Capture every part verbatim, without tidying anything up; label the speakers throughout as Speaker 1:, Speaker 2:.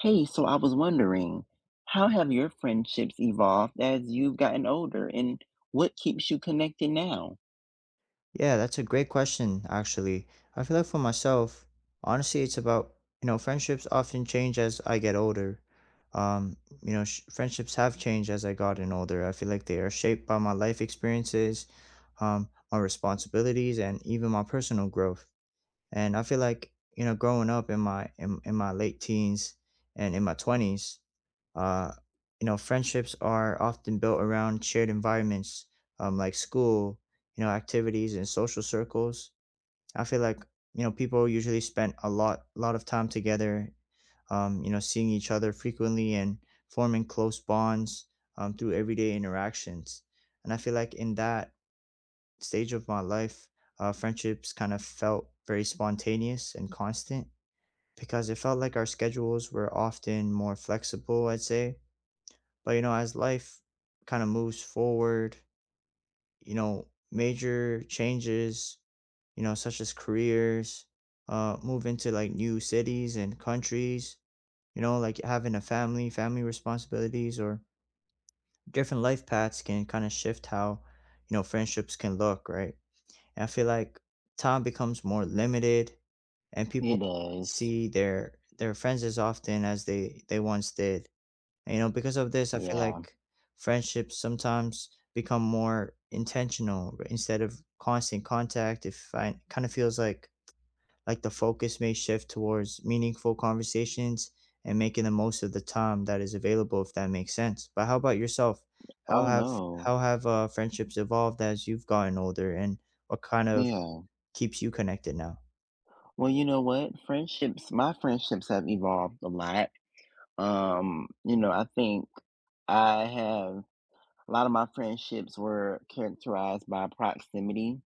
Speaker 1: Hey, so I was wondering, how have your friendships evolved as you've gotten older, and what keeps you connected now?
Speaker 2: Yeah, that's a great question, actually. I feel like for myself, honestly, it's about, you know, friendships often change as I get older. Um, you know, sh Friendships have changed as I gotten older. I feel like they are shaped by my life experiences, um, my responsibilities, and even my personal growth. And I feel like, you know, growing up in my in, in my late teens and in my twenties, uh, you know, friendships are often built around shared environments, um, like school, you know, activities and social circles. I feel like, you know, people usually spend a lot lot of time together, um, you know, seeing each other frequently and forming close bonds um, through everyday interactions. And I feel like in that stage of my life, uh, friendships kind of felt very spontaneous and constant because it felt like our schedules were often more flexible, I'd say. But, you know, as life kind of moves forward, you know, major changes, you know, such as careers, uh, move into like new cities and countries, you know, like having a family, family responsibilities, or different life paths can kind of shift how, you know, friendships can look, right? I feel like time becomes more limited and
Speaker 1: It
Speaker 2: people
Speaker 1: does.
Speaker 2: see their their friends as often as they they once did. And, you know, because of this, I feel
Speaker 1: Yeah.
Speaker 2: like friendships sometimes become more intentional r- instead of constant contact. If I kind of feels like like the focus may shift towards meaningful conversations and making the most of the time that is available, if that makes sense. But how about yourself? How
Speaker 1: Oh
Speaker 2: have
Speaker 1: no.
Speaker 2: how have uh, friendships evolved as you've gotten older, and what kind of
Speaker 1: Yeah.
Speaker 2: keeps you connected now?
Speaker 1: Well, you know what? Friendships, my friendships have evolved a lot. Um, you know, I think I have a lot of my friendships were characterized by proximity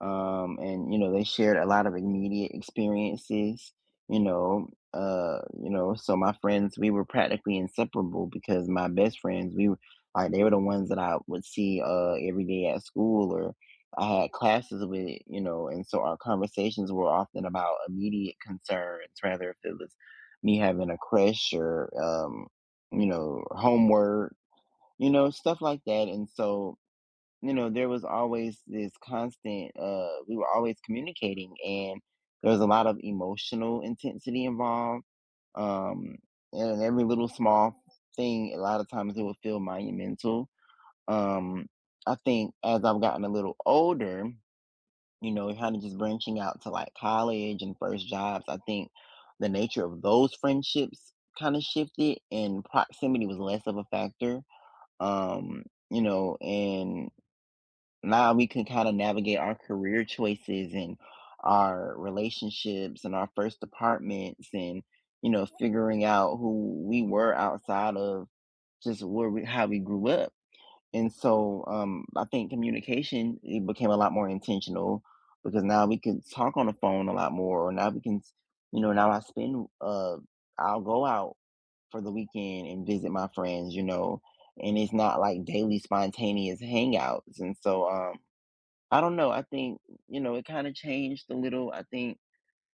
Speaker 1: um, and you know they shared a lot of immediate experiences. You know, uh, you know, so my friends we were practically inseparable because my best friends we were like they were the ones that I would see uh, every day at school or I had classes with. You know, and so our conversations were often about immediate concerns rather if it was me having a crush or um, you know homework, you know stuff like that, and so you know, there was always this constant, uh, we were always communicating and there was a lot of emotional intensity involved. Um, and every little small thing, a lot of times it would feel monumental. Um, I think as I've gotten a little older, you know, kind of just branching out to like college and first jobs, I think the nature of those friendships kind of shifted and proximity was less of a factor. Um, you know, and now we can kind of navigate our career choices and our relationships and our first apartments and you know figuring out who we were outside of just where we how we grew up and so um I think communication it became a lot more intentional because now we can talk on the phone a lot more or now we can s- you know now I spend uh I'll go out for the weekend and visit my friends you know and it's not like daily spontaneous hangouts and so um I don't know. I think, you know, it kind of changed a little. I think,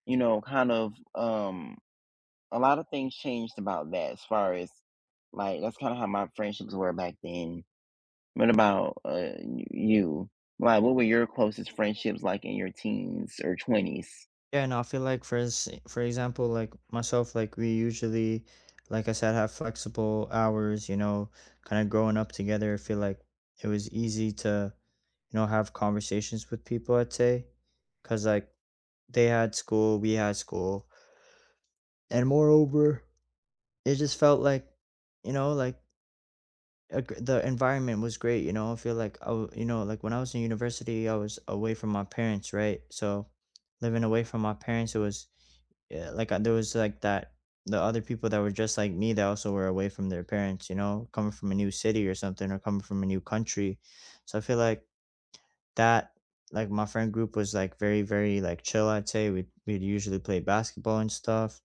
Speaker 1: you know, kind of um a lot of things changed about that as far as like that's kind of how my friendships were back then. What about uh y- you? Like what were your closest friendships like in your teens or twenties?
Speaker 2: Yeah, and I feel like for ins- for example, like myself, like we usually, like I said, have flexible hours. You know, kind of growing up together. I feel like it was easy to, you know, have conversations with people, I'd say, cause like they had school, we had school, and moreover, it just felt like, you know, like a gr- the environment was great. You know, I feel like I, w- you know, like when I was in university, I was away from my parents, right? So living away from my parents, it was. Yeah, like, uh, there was, like, that the other people that were just like me that also were away from their parents, you know, coming from a new city or something or coming from a new country. So I feel like that like my friend group was like very, very like chill, I'd say. We'd we'd usually play basketball and stuff.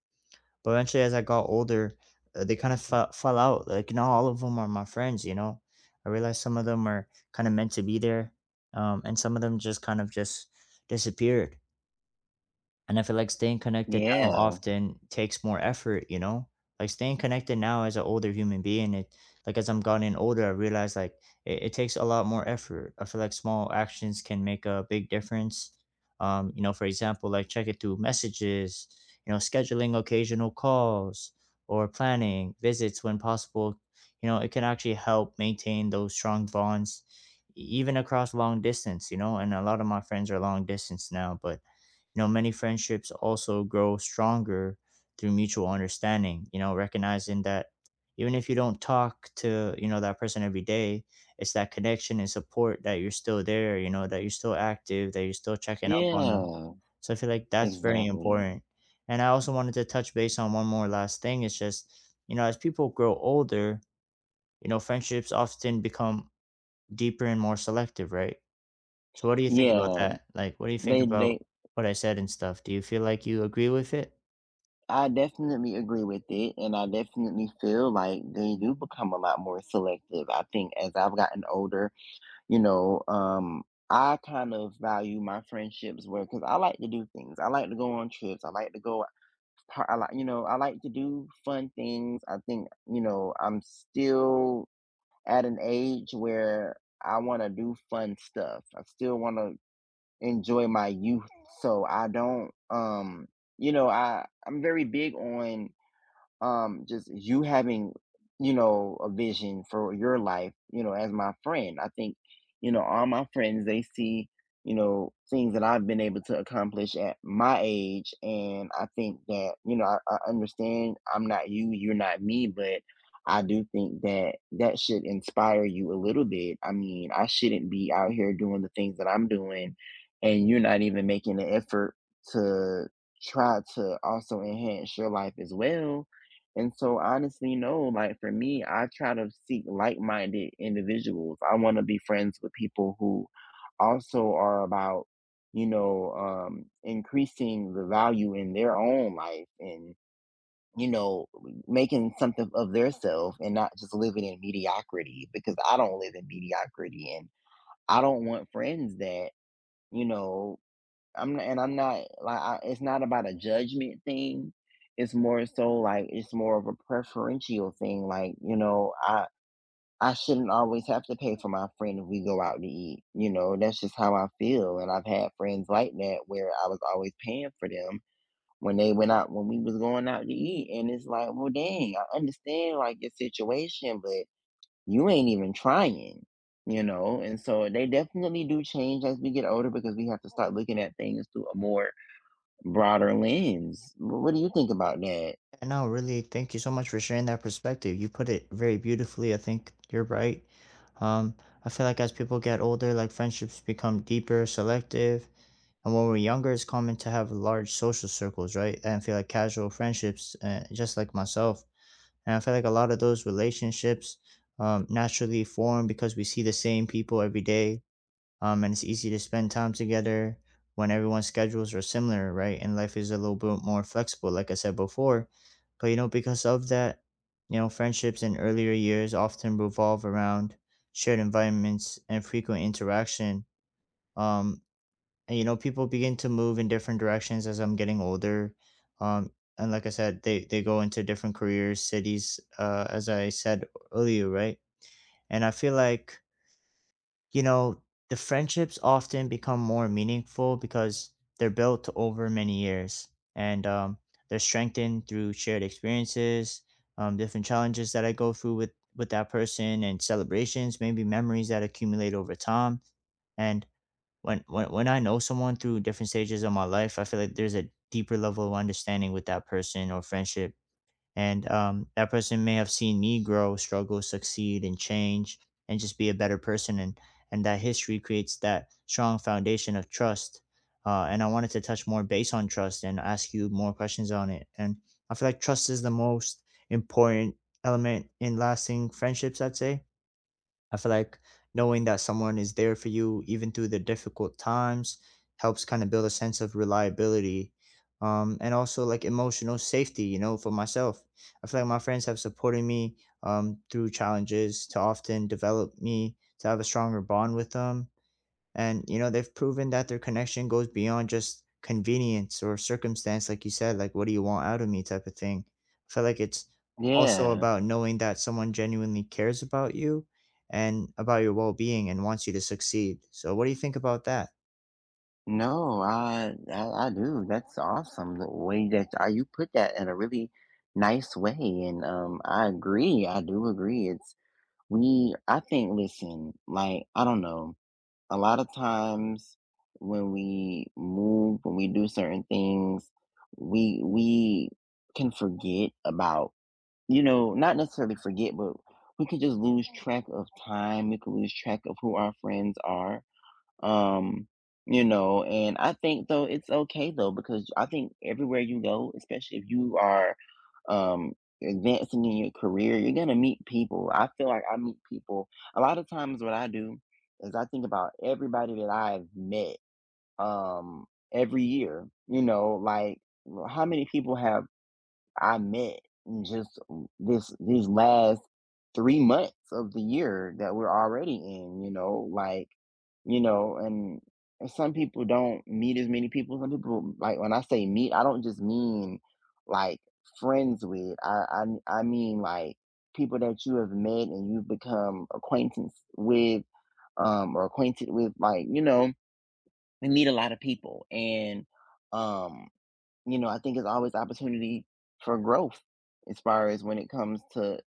Speaker 2: But eventually as I got older, uh, they kind of fell, fell out. Like not all of them are my friends, you know. I realized some of them are kind of meant to be there. Um, and some of them just kind of just disappeared. And I feel like staying connected now
Speaker 1: Yeah.
Speaker 2: often takes more effort, you know? Like staying connected now as an older human being, it, like as I'm gotten older, I realize like it, it takes a lot more effort. I feel like small actions can make a big difference. Um, you know, for example, like check it through messages, you know, scheduling occasional calls or planning visits when possible. You know, it can actually help maintain those strong bonds, e- even across long distance, you know, and a lot of my friends are long distance now, but you know, many friendships also grow stronger through mutual understanding, you know, recognizing that even if you don't talk to, you know, that person every day, it's that connection and support that you're still there, you know, that you're still active, that you're still checking up on them.
Speaker 1: Yeah.
Speaker 2: So I feel like that's very
Speaker 1: Exactly.
Speaker 2: important. And I also wanted to touch base on one more last thing. It's just, you know, as people grow older, you know, friendships often become deeper and more selective, right? So what do you think about
Speaker 1: Yeah.
Speaker 2: that? Like, what do you think
Speaker 1: They
Speaker 2: about
Speaker 1: they
Speaker 2: what I said and stuff? Do you feel like you agree with it?
Speaker 1: I definitely agree with it and I definitely feel like they do become a lot more selective. I think as I've gotten older, you know, um, I kind of value my friendships where because I like to do things. I like to go on trips. I like to go. par- I like, you know, I like to do fun things. I think, you know, I'm still at an age where I want to do fun stuff. I still want to enjoy my youth. So I don't, um, you know, I I'm very big on um just you having you know a vision for your life you know as my friend I think you know all my friends they see you know things that I've been able to accomplish at my age and I think that you know i, I understand I'm not you you're not me but I do think that that should inspire you a little bit I mean I shouldn't be out here doing the things that I'm doing and you're not even making an effort to try to also enhance your life as well and so, honestly, no, like for me, I try to seek like minded individuals. I want to be friends with people who also are about, you know, um, increasing the value in their own life and, you know, making something of their self and not just living in mediocrity because I don't live in mediocrity and I don't want friends that, you know, I'm not, and I'm not like I, it's not about a judgment thing. It's more so like it's more of a preferential thing. Like you know, I I shouldn't always have to pay for my friend if we go out to eat. You know, that's just how I feel. And I've had friends like that where I was always paying for them when they went out when we was going out to eat. And it's like, well, dang, I understand like your situation, but you ain't even trying. You know, and so they definitely do change as we get older because we have to start looking at things through a more broader lens. Wh- What do you think about that?
Speaker 2: Yeah, no, really, thank you so much for sharing that perspective. You put it very beautifully. I think you're right. Um, I feel like as people get older, like friendships become deeper, selective. And when we're younger, it's common to have large social circles, right? And I feel like casual friendships, uh, just like myself. And I feel like a lot of those relationships um, naturally form because we see the same people every day, um, and it's easy to spend time together when everyone's schedules are similar, right? And life is a little bit more flexible, like I said before. But you know, because of that, you know, friendships in earlier years often revolve around shared environments and frequent interaction. Um, and you know, people begin to move in different directions as I'm getting older. Um, and like I said, they they go into different careers, cities, uh, as I said earlier, right? And I feel like, you know, the friendships often become more meaningful because they're built over many years, and um, they're strengthened through shared experiences, um, different challenges that I go through with, with that person, and celebrations, maybe memories that accumulate over time. And when, when, when I know someone through different stages of my life, I feel like there's a deeper level of understanding with that person or friendship, and um, that person may have seen me grow, struggle, succeed, and change, and just be a better person. And and that history creates that strong foundation of trust. Uh, and I wanted to touch more base on trust and ask you more questions on it. And I feel like trust is the most important element in lasting friendships. I'd say, I feel like knowing that someone is there for you even through the difficult times helps kind of build a sense of reliability, um, and also like emotional safety, you know, for myself. I feel like my friends have supported me, um, through challenges to often develop me to have a stronger bond with them, and you know, they've proven that their connection goes beyond just convenience or circumstance, like you said, like what do you want out of me type of thing. I feel like it's also
Speaker 1: Yeah.
Speaker 2: about knowing that someone genuinely cares about you and about your well being and wants you to succeed. So what do you think about that?
Speaker 1: No, I, I I do. That's awesome. The way that I, you put that in a really nice way, and um, I agree. I do agree. It's we. I think. Listen, like I don't know. A lot of times when we move, when we do certain things, we we can forget about you know, not necessarily forget, but we could just lose track of time. We could lose track of who our friends are. Um, you know, and I think though it's okay though because I think everywhere you go, especially if you are um advancing in your career, you're gonna meet people. I feel like I meet people a lot of times. What I do is I think about everybody that I've met um every year. You know, like how many people have I met in just this these last three months of the year that we're already in, you know, like, you know, and and some people don't meet as many people. Some people like when I say meet, I don't just mean like friends with. I I I mean like people that you have met and you've become acquaintance with, um, or acquainted with, like, you know, we meet a lot of people and um you know, I think it's always opportunity for growth as far as when it comes to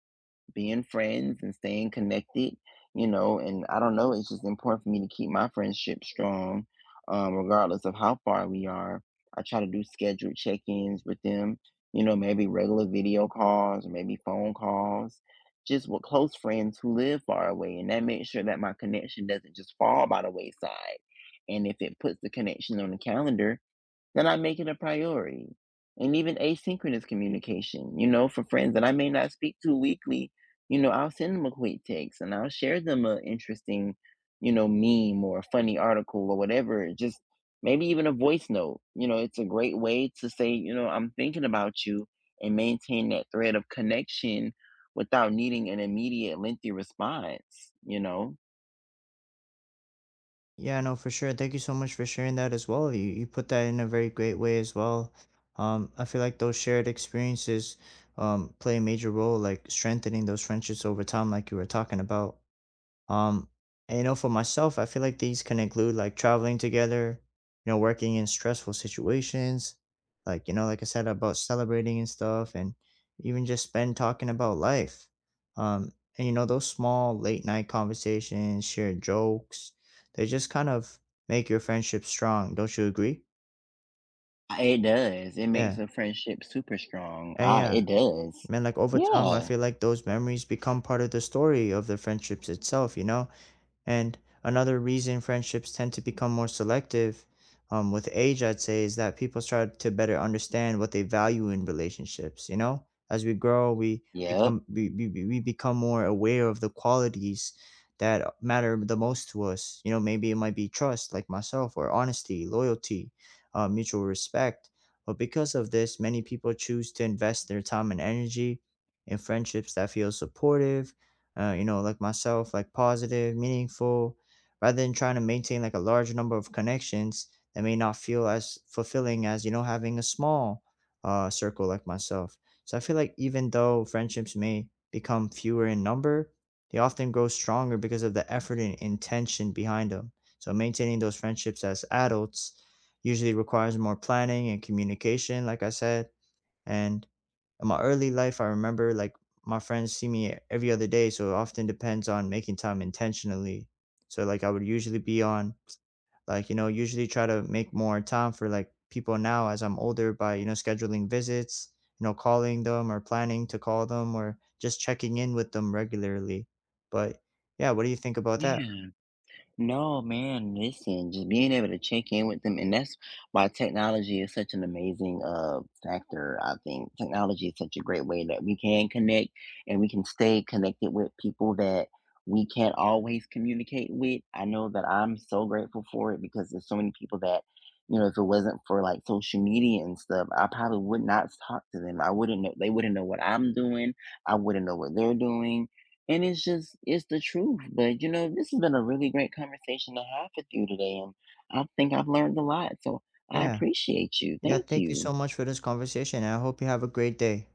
Speaker 1: being friends and staying connected, you know, and I don't know, it's just important for me to keep my friendship strong, um, regardless of how far we are. I try to do scheduled check-ins with them, you know, maybe regular video calls or maybe phone calls, just with close friends who live far away. And that makes sure that my connection doesn't just fall by the wayside. And if it puts the connection on the calendar, then I make it a priority. And even asynchronous communication, you know, for friends that I may not speak to weekly, you know, I'll send them a quick text and I'll share them an interesting, you know, meme or a funny article or whatever. Just maybe even a voice note. You know, it's a great way to say, you know, I'm thinking about you and maintain that thread of connection without needing an immediate lengthy response, you know.
Speaker 2: Yeah, no, for sure. Thank you so much for sharing that as well. You you put that in a very great way as well. Um, I feel like those shared experiences um play a major role like strengthening those friendships over time, like you were talking about. Um, and you know, for myself, I feel like these can include like traveling together, you know, working in stressful situations, like, you know, like I said about celebrating and stuff, and even just spend talking about life. Um, and you know, those small late night conversations, shared jokes, they just kind of make your friendship strong. Don't you agree?
Speaker 1: It does. It makes
Speaker 2: Yeah.
Speaker 1: a friendship super strong.
Speaker 2: And
Speaker 1: Ah,
Speaker 2: yeah,
Speaker 1: it does.
Speaker 2: man, like over time, I
Speaker 1: Yeah.
Speaker 2: feel like those memories become part of the story of the friendships itself, you know? And another reason friendships tend to become more selective, um, with age, I'd say, is that people start to better understand what they value in relationships. You know, as we grow, we
Speaker 1: Yep.
Speaker 2: become we, we, we we become more aware of the qualities that matter the most to us. You know, maybe it might be trust, like myself, or honesty, loyalty, uh, mutual respect. But because of this, many people choose to invest their time and energy in friendships that feel supportive, uh, you know, like myself, like positive, meaningful, rather than trying to maintain like a large number of connections that may not feel as fulfilling as, you know, having a small, uh, circle like myself. So I feel like even though friendships may become fewer in number, they often grow stronger because of the effort and intention behind them. So maintaining those friendships as adults usually requires more planning and communication, like I said. And in my early life, I remember like my friends see me every other day, so it often depends on making time intentionally. So like I would usually be on like, you know, usually try to make more time for like people now as I'm older by, you know, scheduling visits, you know, calling them or planning to call them or just checking in with them regularly. But yeah, what do you think about that?
Speaker 1: Yeah. No, man, listen, just being able to check in with them, and that's why technology is such an amazing uh factor, I think. Technology is such a great way that we can connect and we can stay connected with people that we can't always communicate with. I know that I'm so grateful for it because there's so many people that, you know, if it wasn't for like social media and stuff, I probably would not talk to them. I wouldn't know, they wouldn't know what I'm doing. I wouldn't know what they're doing. And it's just, it's the truth. But you know, this has been a really great conversation to have with you today. And I think I've learned a lot. So I
Speaker 2: Yeah.
Speaker 1: appreciate you.
Speaker 2: Yeah,
Speaker 1: Thank
Speaker 2: thank you
Speaker 1: you.
Speaker 2: so much for this conversation and I hope you have a great day.